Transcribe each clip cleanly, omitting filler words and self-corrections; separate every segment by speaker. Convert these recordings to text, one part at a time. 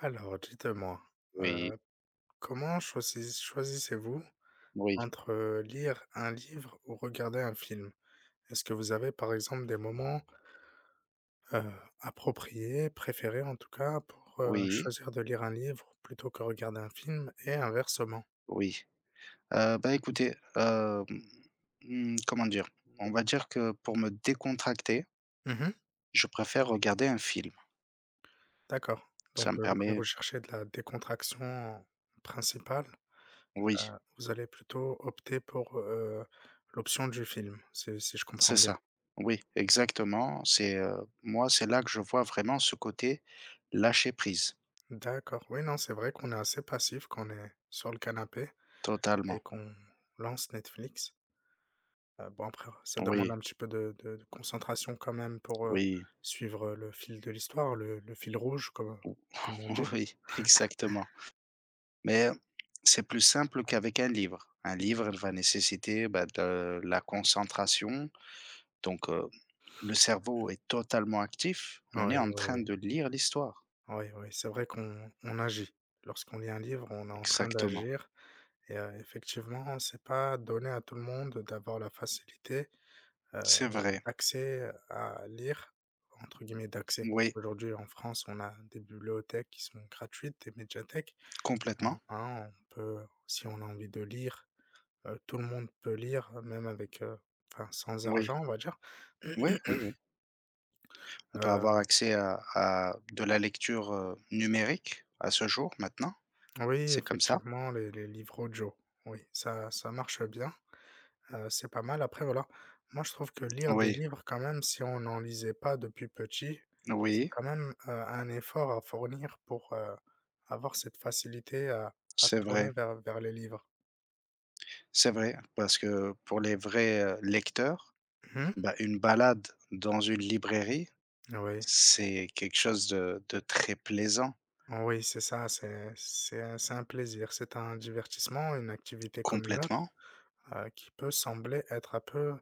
Speaker 1: Alors, dites-moi,
Speaker 2: Oui,
Speaker 1: heu, comment choisissez-vous
Speaker 2: oui,
Speaker 1: entre, lire un livre ou regarder un film? Est-ce que vous avez, par exemple, des moments, heu, appropriés, préférés en tout cas, pour,
Speaker 2: oui,
Speaker 1: choisir de lire un livre plutôt que regarder un film et inversement?
Speaker 2: oui. Écoutez, comment dire? On va dire que pour me décontracter,
Speaker 1: Mmh.
Speaker 2: je préfère regarder un film.
Speaker 1: D'accord.
Speaker 2: Ça
Speaker 1: Donc,
Speaker 2: me
Speaker 1: quand
Speaker 2: permet
Speaker 1: vous cherchez de la décontraction principale, heu,
Speaker 2: oui,
Speaker 1: vous allez plutôt opter pour, l'option du film, si je comprends
Speaker 2: c'est
Speaker 1: bien?
Speaker 2: ça. Oui, exactement. Moi, c'est là que je vois vraiment ce côté lâcher prise,
Speaker 1: D'accord. Oui, non, c'est vrai qu'on est assez passif quand on est sur le canapé et
Speaker 2: totalement.
Speaker 1: qu'on lance Netflix. Bon, après, ça demande
Speaker 2: Oui,
Speaker 1: un petit peu de concentration quand même pour,
Speaker 2: oui,
Speaker 1: suivre, le fil de l'histoire, le fil rouge comme on dit.
Speaker 2: oui, exactement. Mais c'est plus simple qu'avec un livre. Un livre il va nécessiter, bah, de la concentration, donc. Le cerveau est totalement actif, on est
Speaker 1: Oui,
Speaker 2: en
Speaker 1: oui,
Speaker 2: train
Speaker 1: oui.
Speaker 2: de lire l'histoire.
Speaker 1: Oui, oui, c'est vrai qu'on agit. Lorsqu'on lit un livre, on est en train
Speaker 2: Exactement.
Speaker 1: d'agir et effectivement, c'est pas donné à tout le monde d'avoir la facilité. Heu,
Speaker 2: C'est vrai.
Speaker 1: D'accès à lire, entre guillemets «d'accès».
Speaker 2: Oui,
Speaker 1: Aujourd'hui en France, on a des bibliothèques qui sont gratuites, des médiathèques.
Speaker 2: complètement.
Speaker 1: Hein, hein, on peut si on a envie de lire, tout le monde peut lire, même avec, enfin sans
Speaker 2: Oui,
Speaker 1: argent on va dire.
Speaker 2: oui, oui, oui. On peut avoir
Speaker 1: Heu,
Speaker 2: accès à de la lecture numérique à ce jour, maintenant.
Speaker 1: oui
Speaker 2: C'est comme ça.
Speaker 1: effectivement les livres audio, oui ça marche bien. C'est pas mal. Après voilà, moi je trouve que lire des
Speaker 2: Oui,
Speaker 1: livres quand même, si on n'en lisait pas depuis petit, c'est
Speaker 2: oui,
Speaker 1: quand même, un effort à fournir pour, avoir cette facilité à se
Speaker 2: c'est
Speaker 1: tourner
Speaker 2: vrai.
Speaker 1: vers les livres.
Speaker 2: C'est vrai. Parce que pour les vrais lecteurs,
Speaker 1: Mmh.
Speaker 2: bah, une balade dans une librairie,
Speaker 1: Oui,
Speaker 2: c'est quelque chose de très plaisant,
Speaker 1: oui, c'est ça, c'est un plaisir, c'est un divertissement, une activité comme une autre,
Speaker 2: complètement.
Speaker 1: qui peut sembler être un peu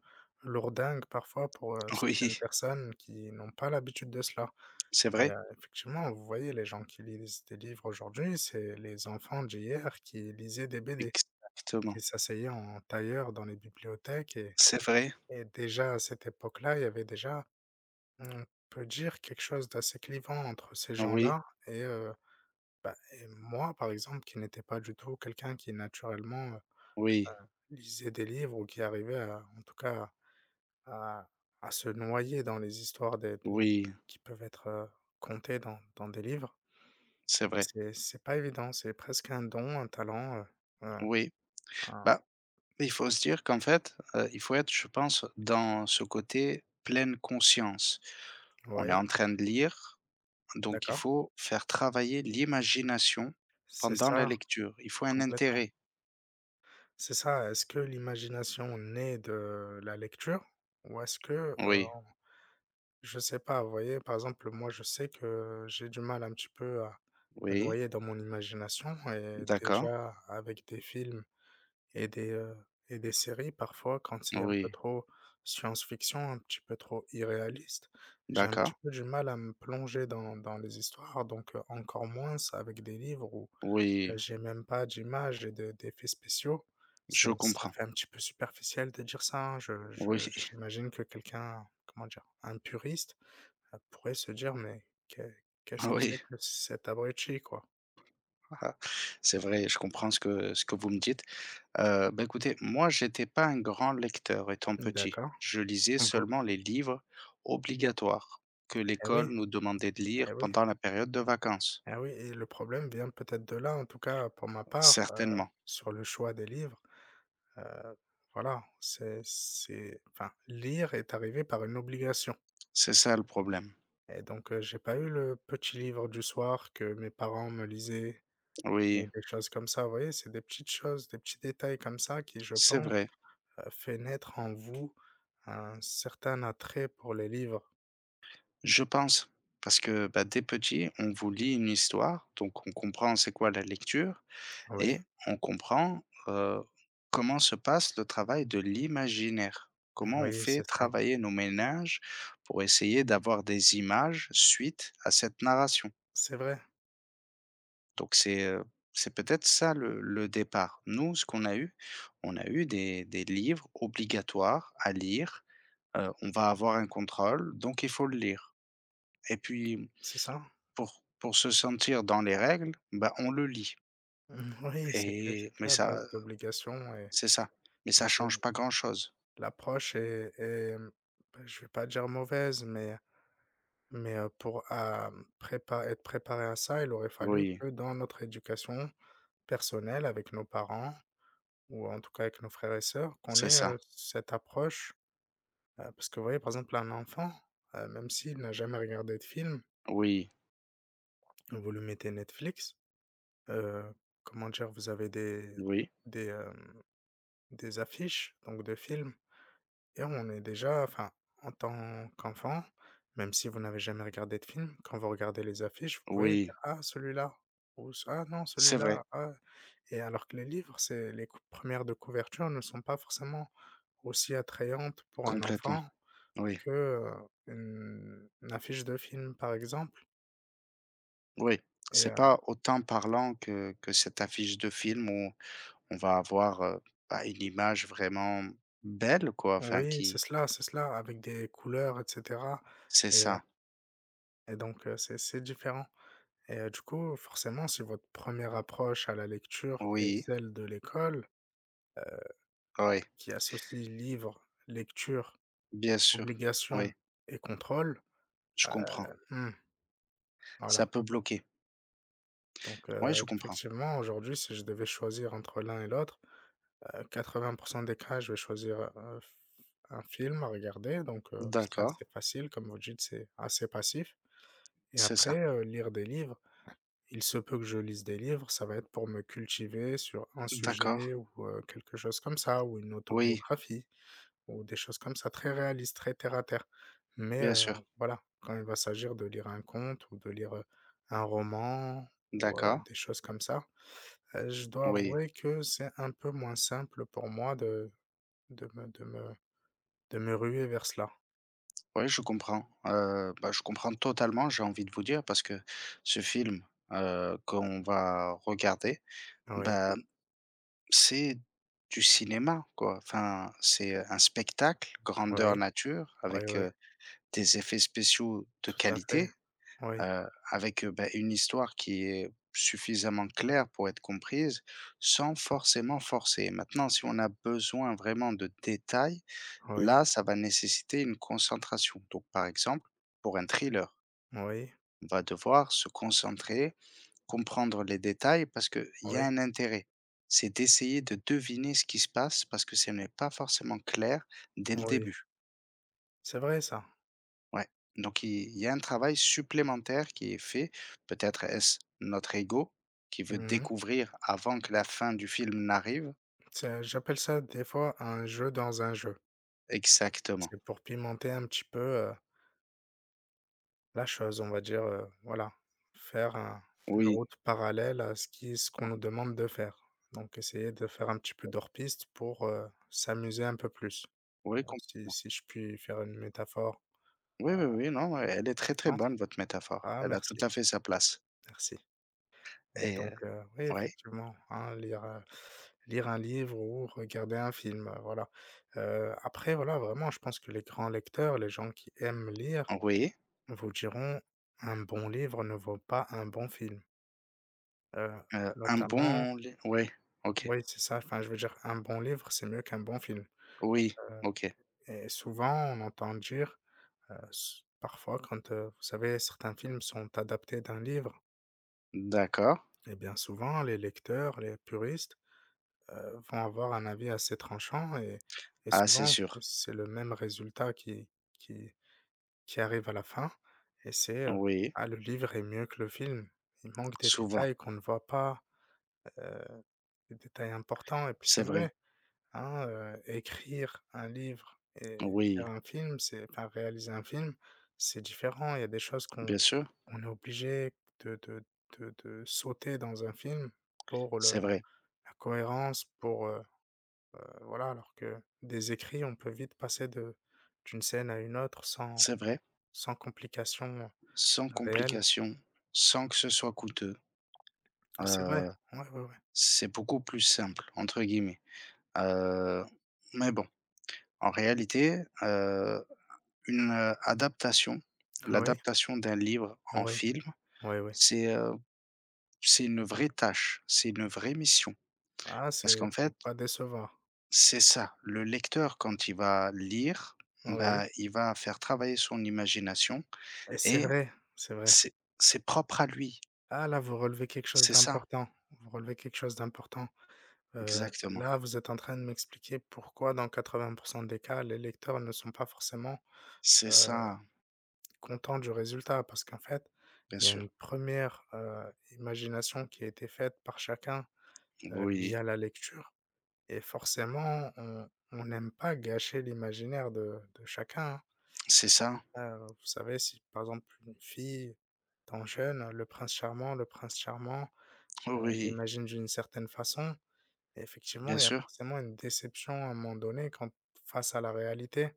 Speaker 1: lourdingue parfois pour, certaines
Speaker 2: Oui,
Speaker 1: personnes qui n'ont pas l'habitude de cela.
Speaker 2: c'est
Speaker 1: Et
Speaker 2: vrai.
Speaker 1: effectivement, vous voyez les gens qui lisent des livres aujourd'hui, c'est les enfants d'hier qui lisaient des BD,
Speaker 2: Exactement.
Speaker 1: qui s'asseyaient en tailleur dans les bibliothèques
Speaker 2: C'est vrai.
Speaker 1: et déjà à cette époque-là, il y avait déjà, on peut dire quelque chose d'assez clivant entre ces
Speaker 2: Oui,
Speaker 1: gens-là et et moi par exemple qui n'étais pas du tout quelqu'un qui naturellement,
Speaker 2: oui,
Speaker 1: lisait des livres ou qui arrivait à en tout cas à à se noyer dans les histoires des de
Speaker 2: oui,
Speaker 1: qui peuvent être, contées dans des livres.
Speaker 2: c'est vrai.
Speaker 1: C'est pas évident, c'est presque un don, un talent, un
Speaker 2: Oui,
Speaker 1: un
Speaker 2: bah, il faut se dire qu'en fait, il faut être, je pense, dans ce côté pleine conscience. On est
Speaker 1: ouais,
Speaker 2: en train de lire, donc il
Speaker 1: d'accord.
Speaker 2: faut faire travailler l'imagination
Speaker 1: C'est
Speaker 2: pendant la
Speaker 1: ça,
Speaker 2: lecture. Il faut un
Speaker 1: complètement.
Speaker 2: intérêt.
Speaker 1: C'est ça, est-ce que l'imagination naît de la lecture? Ou est-ce que, heu,
Speaker 2: Oui,
Speaker 1: je sais pas, vous voyez, par exemple, moi, je sais que j'ai du mal un petit peu à me
Speaker 2: oui,
Speaker 1: noyer dans mon imagination et
Speaker 2: d'accord,
Speaker 1: déjà avec des films et des, heu et des séries parfois quand c'est un peu
Speaker 2: oui,
Speaker 1: trop science-fiction, un petit peu trop irréaliste, j'ai un
Speaker 2: d'accord,
Speaker 1: petit peu du mal à me plonger dans les histoires donc encore moins avec des livres où
Speaker 2: oui,
Speaker 1: j'ai même pas d'images et de d'effets spéciaux.
Speaker 2: je
Speaker 1: C'est ça
Speaker 2: comprends.
Speaker 1: fait un petit peu superficiel de dire ça, hein. Je
Speaker 2: Oui,
Speaker 1: j'imagine que quelqu'un, comment dire? Un puriste, pourrait se dire: «Mais qu'est-ce que
Speaker 2: oui,
Speaker 1: c'est que cet abruti, quoi?»
Speaker 2: Ah, c'est vrai, je comprends ce que vous me dites. Écoutez, moi, j'étais pas un grand lecteur étant petit.
Speaker 1: D'accord.
Speaker 2: Je lisais
Speaker 1: On peut
Speaker 2: seulement les livres obligatoires que
Speaker 1: Eh oui,
Speaker 2: l'école nous demandait de
Speaker 1: eh
Speaker 2: lire
Speaker 1: oui.
Speaker 2: pendant la période de vacances.
Speaker 1: Ah oui et le problème vient peut-être de là, en tout cas pour ma part,
Speaker 2: Certainement,
Speaker 1: sur le choix des livres, heu, voilà, c'est enfin, lire est arrivé par une obligation
Speaker 2: c'est ça le problème.
Speaker 1: et donc j'ai pas eu le petit livre du soir que mes parents me lisaient
Speaker 2: Oui,
Speaker 1: ou des choses comme ça. Vous voyez, c'est des petites choses, des petits détails comme ça qui, je
Speaker 2: c'est
Speaker 1: pense,
Speaker 2: vrai,
Speaker 1: fait naître en vous un certain attrait pour les livres.
Speaker 2: je pense, parce que, bah, dès petit, on vous lit une histoire, donc on comprend c'est quoi la lecture
Speaker 1: Oui,
Speaker 2: et on comprend, comment se passe le travail de l'imaginaire. Comment on
Speaker 1: oui,
Speaker 2: fait
Speaker 1: c'est ça.
Speaker 2: travailler nos ménages pour essayer d'avoir des images suite à cette narration.
Speaker 1: C'est vrai,
Speaker 2: Donc c'est peut-être ça le départ. Nous, ce qu'on a eu, on a eu des livres obligatoires à lire, on va avoir un contrôle, donc il faut le lire et puis
Speaker 1: c'est ça.
Speaker 2: pour se sentir dans les règles, bah, on le lit
Speaker 1: Mmh, oui, c'est que c'est
Speaker 2: et
Speaker 1: que
Speaker 2: mais
Speaker 1: à
Speaker 2: ça
Speaker 1: base d'obligations et.
Speaker 2: c'est ça, mais
Speaker 1: Et
Speaker 2: ça
Speaker 1: c'est vrai,
Speaker 2: change pas grand-chose.
Speaker 1: l'approche est, mmh, bah, je vais pas dire mauvaise, mais pour, prépa être préparé à ça, il aurait fallu
Speaker 2: Oui,
Speaker 1: que dans notre éducation personnelle avec nos parents ou en tout cas avec nos frères et sœurs, qu'on
Speaker 2: c'est
Speaker 1: ait,
Speaker 2: ça.
Speaker 1: cette approche, parce que vous voyez, par exemple, un enfant, même s'il n'a jamais regardé de film,
Speaker 2: Oui,
Speaker 1: vous lui mettez Netflix, heu, comment dire? Vous avez
Speaker 2: oui,
Speaker 1: des, hem, des affiches donc de films. Et on est déjà enfin, en tant qu'enfant, même si vous n'avez jamais regardé de film, quand vous regardez les affiches, vous pouvez
Speaker 2: oui,
Speaker 1: dire: «Ah celui-là» ou ce «Ah non
Speaker 2: c'est
Speaker 1: celui-là,
Speaker 2: vrai,
Speaker 1: ah» et alors que les livres, c'est les cou premières de couverture ne sont pas forcément aussi attrayantes pour un
Speaker 2: complètement.
Speaker 1: enfant
Speaker 2: Oui,
Speaker 1: que, une affiche de film, par exemple
Speaker 2: oui.
Speaker 1: et
Speaker 2: C'est pas autant parlant que cette affiche de film où on va avoir, une image vraiment belle quoi, enfin
Speaker 1: oui,
Speaker 2: qui
Speaker 1: c'est cela, avec des couleurs et cetera
Speaker 2: c'est
Speaker 1: et
Speaker 2: ça.
Speaker 1: donc c'est différent. Et du coup, forcément, si votre première approche à la lecture est
Speaker 2: Oui,
Speaker 1: celle de l'école,
Speaker 2: oui,
Speaker 1: qui associe livre, lecture,
Speaker 2: bien sûr.
Speaker 1: obligation
Speaker 2: Oui,
Speaker 1: et contrôle,
Speaker 2: je comprends.
Speaker 1: mmh,
Speaker 2: Ça
Speaker 1: voilà.
Speaker 2: peut bloquer.
Speaker 1: Donc
Speaker 2: Oui, je comprends.
Speaker 1: effectivement, aujourd'hui, si je devais choisir entre l'un et l'autre, 80 des cas, je vais choisir, un film à regarder, donc c'est
Speaker 2: D'accord,
Speaker 1: assez facile, comme vous dites, c'est assez passif et
Speaker 2: c'est ça.
Speaker 1: après, il se peut que je lise des livres, ça va être pour me cultiver sur un
Speaker 2: D'accord.
Speaker 1: sujet ou quelque chose comme ça ou une
Speaker 2: Oui,
Speaker 1: autobiographie ou des choses comme ça, très réalistes, très terre à terre. Mais
Speaker 2: bien sûr.
Speaker 1: voilà, quand il va s'agir de lire un conte ou de lire, un roman ou
Speaker 2: D'accord.
Speaker 1: des choses comme ça, je dois
Speaker 2: Oui.
Speaker 1: avouer que c'est un peu moins simple pour moi de me de me de me ruer vers cela.
Speaker 2: Oui, je comprends. Je comprends totalement, j'ai envie de vous dire parce que ce film, qu'on va regarder,
Speaker 1: Oui,
Speaker 2: bah, c'est du cinéma, quoi. Enfin, c'est un spectacle grandeur
Speaker 1: oui,
Speaker 2: nature
Speaker 1: oui,
Speaker 2: avec,
Speaker 1: oui,
Speaker 2: des effets spéciaux de
Speaker 1: tout à fait.
Speaker 2: qualité,
Speaker 1: Oui,
Speaker 2: avec, une histoire qui est suffisamment claire pour être comprise sans forcément forcer. Maintenant si on a besoin vraiment de détails,
Speaker 1: oui,
Speaker 2: là, ça va nécessiter une concentration. Donc, par exemple, pour un thriller,
Speaker 1: oui,
Speaker 2: on va devoir se concentrer, comprendre les détails parce qu'il y a
Speaker 1: oui,
Speaker 2: un intérêt. C'est d'essayer de deviner ce qui se passe parce que ce n'est pas forcément clair dès le
Speaker 1: oui,
Speaker 2: début.
Speaker 1: c'est vrai ça.
Speaker 2: Ouais. Donc, il y a un travail supplémentaire qui est fait. Peut-être est-ce notre ego qui veut
Speaker 1: Mmh.
Speaker 2: découvrir avant que la fin du film n'arrive?
Speaker 1: C'est J'appelle ça des fois un jeu dans un jeu.
Speaker 2: Exactement.
Speaker 1: C'est pour pimenter un petit peu, la chose, on va dire, voilà, faire un une
Speaker 2: Oui.
Speaker 1: route parallèle à ce qu'on nous demande de faire. Donc essayer de faire un petit peu d'hors piste pour, s'amuser un peu plus.
Speaker 2: Oui,
Speaker 1: Si
Speaker 2: complètement.
Speaker 1: si je puis faire une métaphore,
Speaker 2: Oui,
Speaker 1: heu,
Speaker 2: oui, oui, non, ouais, elle est très, très
Speaker 1: séquence.
Speaker 2: bonne votre métaphore.
Speaker 1: Ah
Speaker 2: Elle a tout
Speaker 1: merci,
Speaker 2: à fait sa place
Speaker 1: merci. Et
Speaker 2: et
Speaker 1: donc oui,
Speaker 2: ouais,
Speaker 1: effectivement, hein, lire un livre ou regarder un film, voilà. Après, voilà, vraiment, je pense que les grands lecteurs, les gens qui aiment lire,
Speaker 2: oui,
Speaker 1: vous diront: «Un bon livre ne vaut pas un bon film». Heu,
Speaker 2: un
Speaker 1: notamment
Speaker 2: bon lé ouais, OK.
Speaker 1: Oui, c'est ça, enfin, je veux dire, un bon livre, c'est mieux qu'un bon film.
Speaker 2: Oui,
Speaker 1: Heu
Speaker 2: OK.
Speaker 1: et souvent, on entend dire, s parfois, quand, vous savez, certains films sont adaptés d'un livre
Speaker 2: D'accord.
Speaker 1: et bien souvent, les lecteurs, les puristes vont avoir un avis assez tranchant et
Speaker 2: Ah, c'est
Speaker 1: souvent
Speaker 2: sûr.
Speaker 1: c'est le même résultat qui qui arrive à la fin et c'est:
Speaker 2: Oui,
Speaker 1: «Ah, le livre est mieux que le film». Il manque des
Speaker 2: souvent.
Speaker 1: détails qu'on ne voit pas, heu, des détails importants et puis c'est
Speaker 2: C'est vrai.
Speaker 1: vrai, hein, écrire un livre et faire
Speaker 2: Oui,
Speaker 1: un film, c'est enfin réaliser un film, c'est différent. Il y a des choses qu'on
Speaker 2: bien sûr.
Speaker 1: on est obligé de de de sauter dans un film pour
Speaker 2: C'est
Speaker 1: le
Speaker 2: vrai,
Speaker 1: la cohérence, pour, voilà, alors que des écrits, on peut vite passer de d'une scène à une autre
Speaker 2: c'est vrai.
Speaker 1: sans complication
Speaker 2: Sans
Speaker 1: réelle.
Speaker 2: complications, sans que ce soit coûteux,
Speaker 1: C'est vrai,
Speaker 2: heu,
Speaker 1: ouais, ouais, ouais.
Speaker 2: c'est beaucoup plus «simple» entre guillemets, heu, mais bon, en réalité, Une, adaptation,
Speaker 1: Ah oui,
Speaker 2: l'adaptation d'un livre en
Speaker 1: oui,
Speaker 2: film,
Speaker 1: oui, oui.
Speaker 2: c'est, heu, c'est une vraie tâche, c'est une vraie mission.
Speaker 1: Ah,
Speaker 2: Parce
Speaker 1: c'est
Speaker 2: qu'en fait,
Speaker 1: faut pas décevoir.
Speaker 2: c'est ça, le lecteur quand il va lire,
Speaker 1: Ah oui
Speaker 2: bah, il va faire travailler son imagination
Speaker 1: et c'est
Speaker 2: et
Speaker 1: vrai, c'est vrai.
Speaker 2: c'est propre à lui.
Speaker 1: Ah là, vous relevez quelque chose
Speaker 2: C'est ça,
Speaker 1: d'important, vous relevez quelque chose d'important.
Speaker 2: exactement.
Speaker 1: Là, vous êtes en train de m'expliquer pourquoi dans 80 des cas, les lecteurs ne sont pas forcément,
Speaker 2: C'est
Speaker 1: euh,
Speaker 2: ça,
Speaker 1: content du résultat parce qu'en fait,
Speaker 2: bien
Speaker 1: il y a
Speaker 2: sûr.
Speaker 1: une première re imagination qui a été faite par chacun,
Speaker 2: Oui,
Speaker 1: via la lecture et forcément on n'aime pas gâcher l'imaginaire de chacun, hein.
Speaker 2: c'est ça.
Speaker 1: Vous savez si par exemple une fille, étant jeune, le prince charmant,
Speaker 2: Oui,
Speaker 1: l'imagine d'une certaine façon et effectivement
Speaker 2: bien
Speaker 1: il y a
Speaker 2: sûr,
Speaker 1: forcément une déception à un moment donné quand face à la réalité.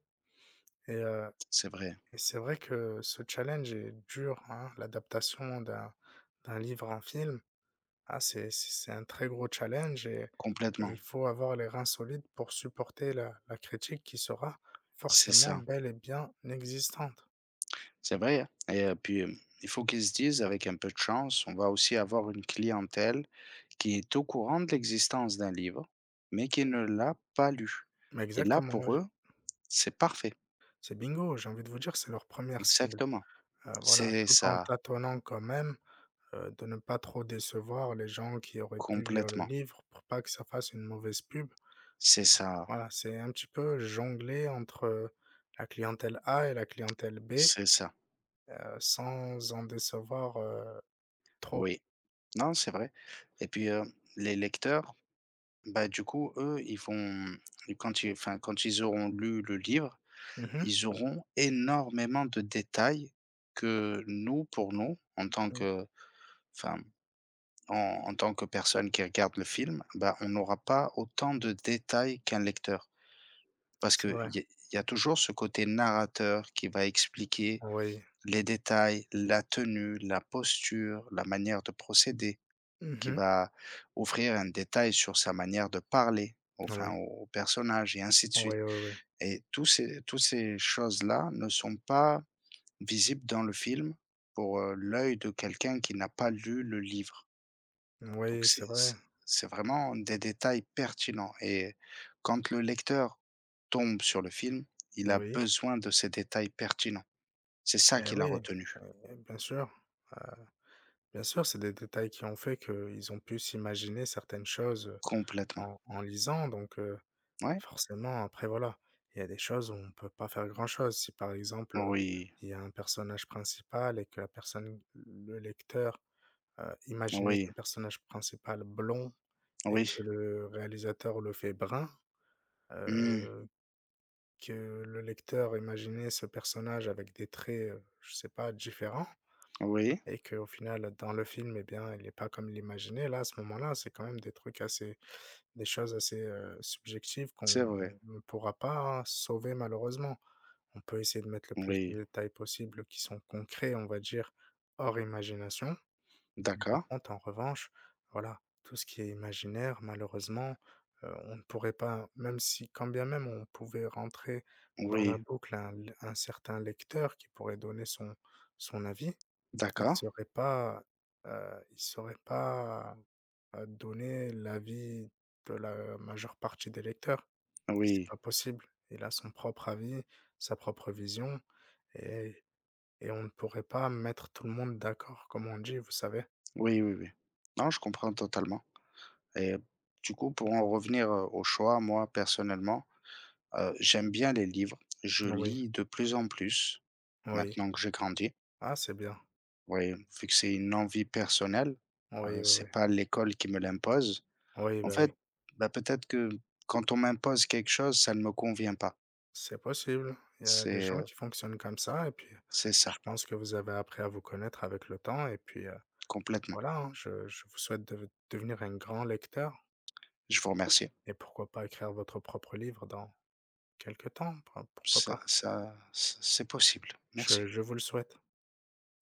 Speaker 1: et heu
Speaker 2: c'est vrai,
Speaker 1: Et c'est vrai que ce challenge est dur, hein, l'adaptation d'un livre en film. Ah, c'est un très gros challenge et
Speaker 2: complètement.
Speaker 1: il faut avoir les reins solides pour supporter la critique qui sera
Speaker 2: C'est
Speaker 1: forcément
Speaker 2: ça.
Speaker 1: bel et bien existante.
Speaker 2: C'est vrai, hein. Et il faut qu'ils se disent avec un peu de chance, on va aussi avoir une clientèle qui est au courant de l'existence d'un livre, mais qui ne l'a pas lu.
Speaker 1: Mais
Speaker 2: Et là,
Speaker 1: exactement,
Speaker 2: pour
Speaker 1: j
Speaker 2: eux, c'est parfait.
Speaker 1: c'est bingo, j'ai envie de vous dire, c'est leur première cible.
Speaker 2: Exactement.
Speaker 1: Voilà,
Speaker 2: C'est
Speaker 1: tout en
Speaker 2: ça,
Speaker 1: tâtonnant quand même, de ne pas trop décevoir les gens qui auraient pu lire le
Speaker 2: complètement.
Speaker 1: livre pour pas que ça fasse une mauvaise pub.
Speaker 2: C'est ça,
Speaker 1: Voilà, c'est un petit peu jongler entre, la clientèle A et la clientèle B,
Speaker 2: c'est ça.
Speaker 1: sans en décevoir, trop.
Speaker 2: Oui. Non, c'est vrai. Et puis, les lecteurs, bah, du coup, eux, ils vont, quand ils auront lu le livre
Speaker 1: Mmh mh.
Speaker 2: ils auront énormément de détails que nous, pour nous, en tant
Speaker 1: Mmh.
Speaker 2: que, enfin, en tant que personne qui regarde le film, bah, on n'aura pas autant de détails qu'un lecteur. Parce
Speaker 1: C'est
Speaker 2: qu'il
Speaker 1: vrai.
Speaker 2: y, a- y a toujours ce côté narrateur qui va expliquer
Speaker 1: Oui.
Speaker 2: les détails, la tenue, la posture, la manière de procéder, qui
Speaker 1: Mmh.
Speaker 2: va offrir un détail sur sa manière de parler, enfin,
Speaker 1: Oui.
Speaker 2: au personnage, et ainsi de
Speaker 1: Oui,
Speaker 2: suite.
Speaker 1: oui, oui.
Speaker 2: Et toutes ces choses-là ne sont pas visible dans le film pour, l'œil de quelqu'un qui n'a pas lu le livre. Donc
Speaker 1: Oui, c'est vrai.
Speaker 2: c'est vraiment des détails pertinents et quand le lecteur tombe sur le film, il a
Speaker 1: Oui.
Speaker 2: besoin de ces détails pertinents. C'est ça
Speaker 1: Eh
Speaker 2: qu'il a
Speaker 1: oui,
Speaker 2: retenu,
Speaker 1: eh bien sûr. Heu, Bien sûr, c'est des détails qui ont fait qu'ils ont pu s'imaginer certaines choses,
Speaker 2: complètement.
Speaker 1: en lisant donc.
Speaker 2: Ouais.
Speaker 1: Forcément, après voilà, il y a des choses où on peut pas faire grand-chose. Si par exemple,
Speaker 2: Oui,
Speaker 1: il y a un personnage principal et que la personne le lecteur, imaginait
Speaker 2: oui,
Speaker 1: ce personnage principal blond et
Speaker 2: oui.
Speaker 1: que le réalisateur le fait brun,
Speaker 2: Mmh.
Speaker 1: heu, que le lecteur imaginait ce personnage avec des traits, je sais pas, différents
Speaker 2: Oui,
Speaker 1: et qu'au final, dans le film, eh bien, il est pas comme il l'imaginait, là, à ce moment-là, c'est quand même des choses assez, subjectives qu'on
Speaker 2: c'est vrai.
Speaker 1: ne pourra pas sauver malheureusement. On peut essayer de mettre le plus
Speaker 2: Oui,
Speaker 1: de détails possible qui sont concrets, on va dire, hors imagination. Mais par
Speaker 2: d'accord.
Speaker 1: contre, en revanche, voilà, tout ce qui est imaginaire, malheureusement, on ne pourrait pas même si quand bien même on pouvait rentrer dans la
Speaker 2: Oui,
Speaker 1: boucle un certain lecteur qui pourrait donner son avis, il
Speaker 2: d'accord.
Speaker 1: serait pas, il serait pas, donner l'avis de la majeure partie des lecteurs. C'est
Speaker 2: Oui.
Speaker 1: pas possible. Il a son propre avis, sa propre vision. Et et on ne pourrait pas mettre tout le monde d'accord, comme on dit, vous savez?
Speaker 2: Oui, oui, oui. Non, je comprends totalement. Et du coup, pour en revenir, au choix, moi, personnellement, j'aime bien les livres. Je
Speaker 1: Oui,
Speaker 2: lis de plus en plus
Speaker 1: oui.
Speaker 2: maintenant que j'ai grandi.
Speaker 1: Ah, c'est bien.
Speaker 2: Oui, vu que c'est une envie personnelle,
Speaker 1: Oui, oui, oui.
Speaker 2: c'est pas l'école qui me l'impose.
Speaker 1: Oui,
Speaker 2: En
Speaker 1: bah, oui.
Speaker 2: fait, bah, peut-être que quand on m'impose quelque chose, ça ne me convient pas.
Speaker 1: C'est possible. Il y a des
Speaker 2: C'est,
Speaker 1: gens
Speaker 2: heu,
Speaker 1: qui fonctionnent comme ça et puis,
Speaker 2: c'est
Speaker 1: je
Speaker 2: ça,
Speaker 1: pense que vous avez appris à vous connaître avec le temps et puis,
Speaker 2: complètement.
Speaker 1: voilà, hein, je vous souhaite de devenir un grand lecteur
Speaker 2: Je vous remercie.
Speaker 1: et pourquoi pas écrire votre propre livre dans quelque temps, pourquoi pas?
Speaker 2: Ça c'est possible.
Speaker 1: Je
Speaker 2: Merci,
Speaker 1: je vous le souhaite.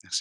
Speaker 2: merci.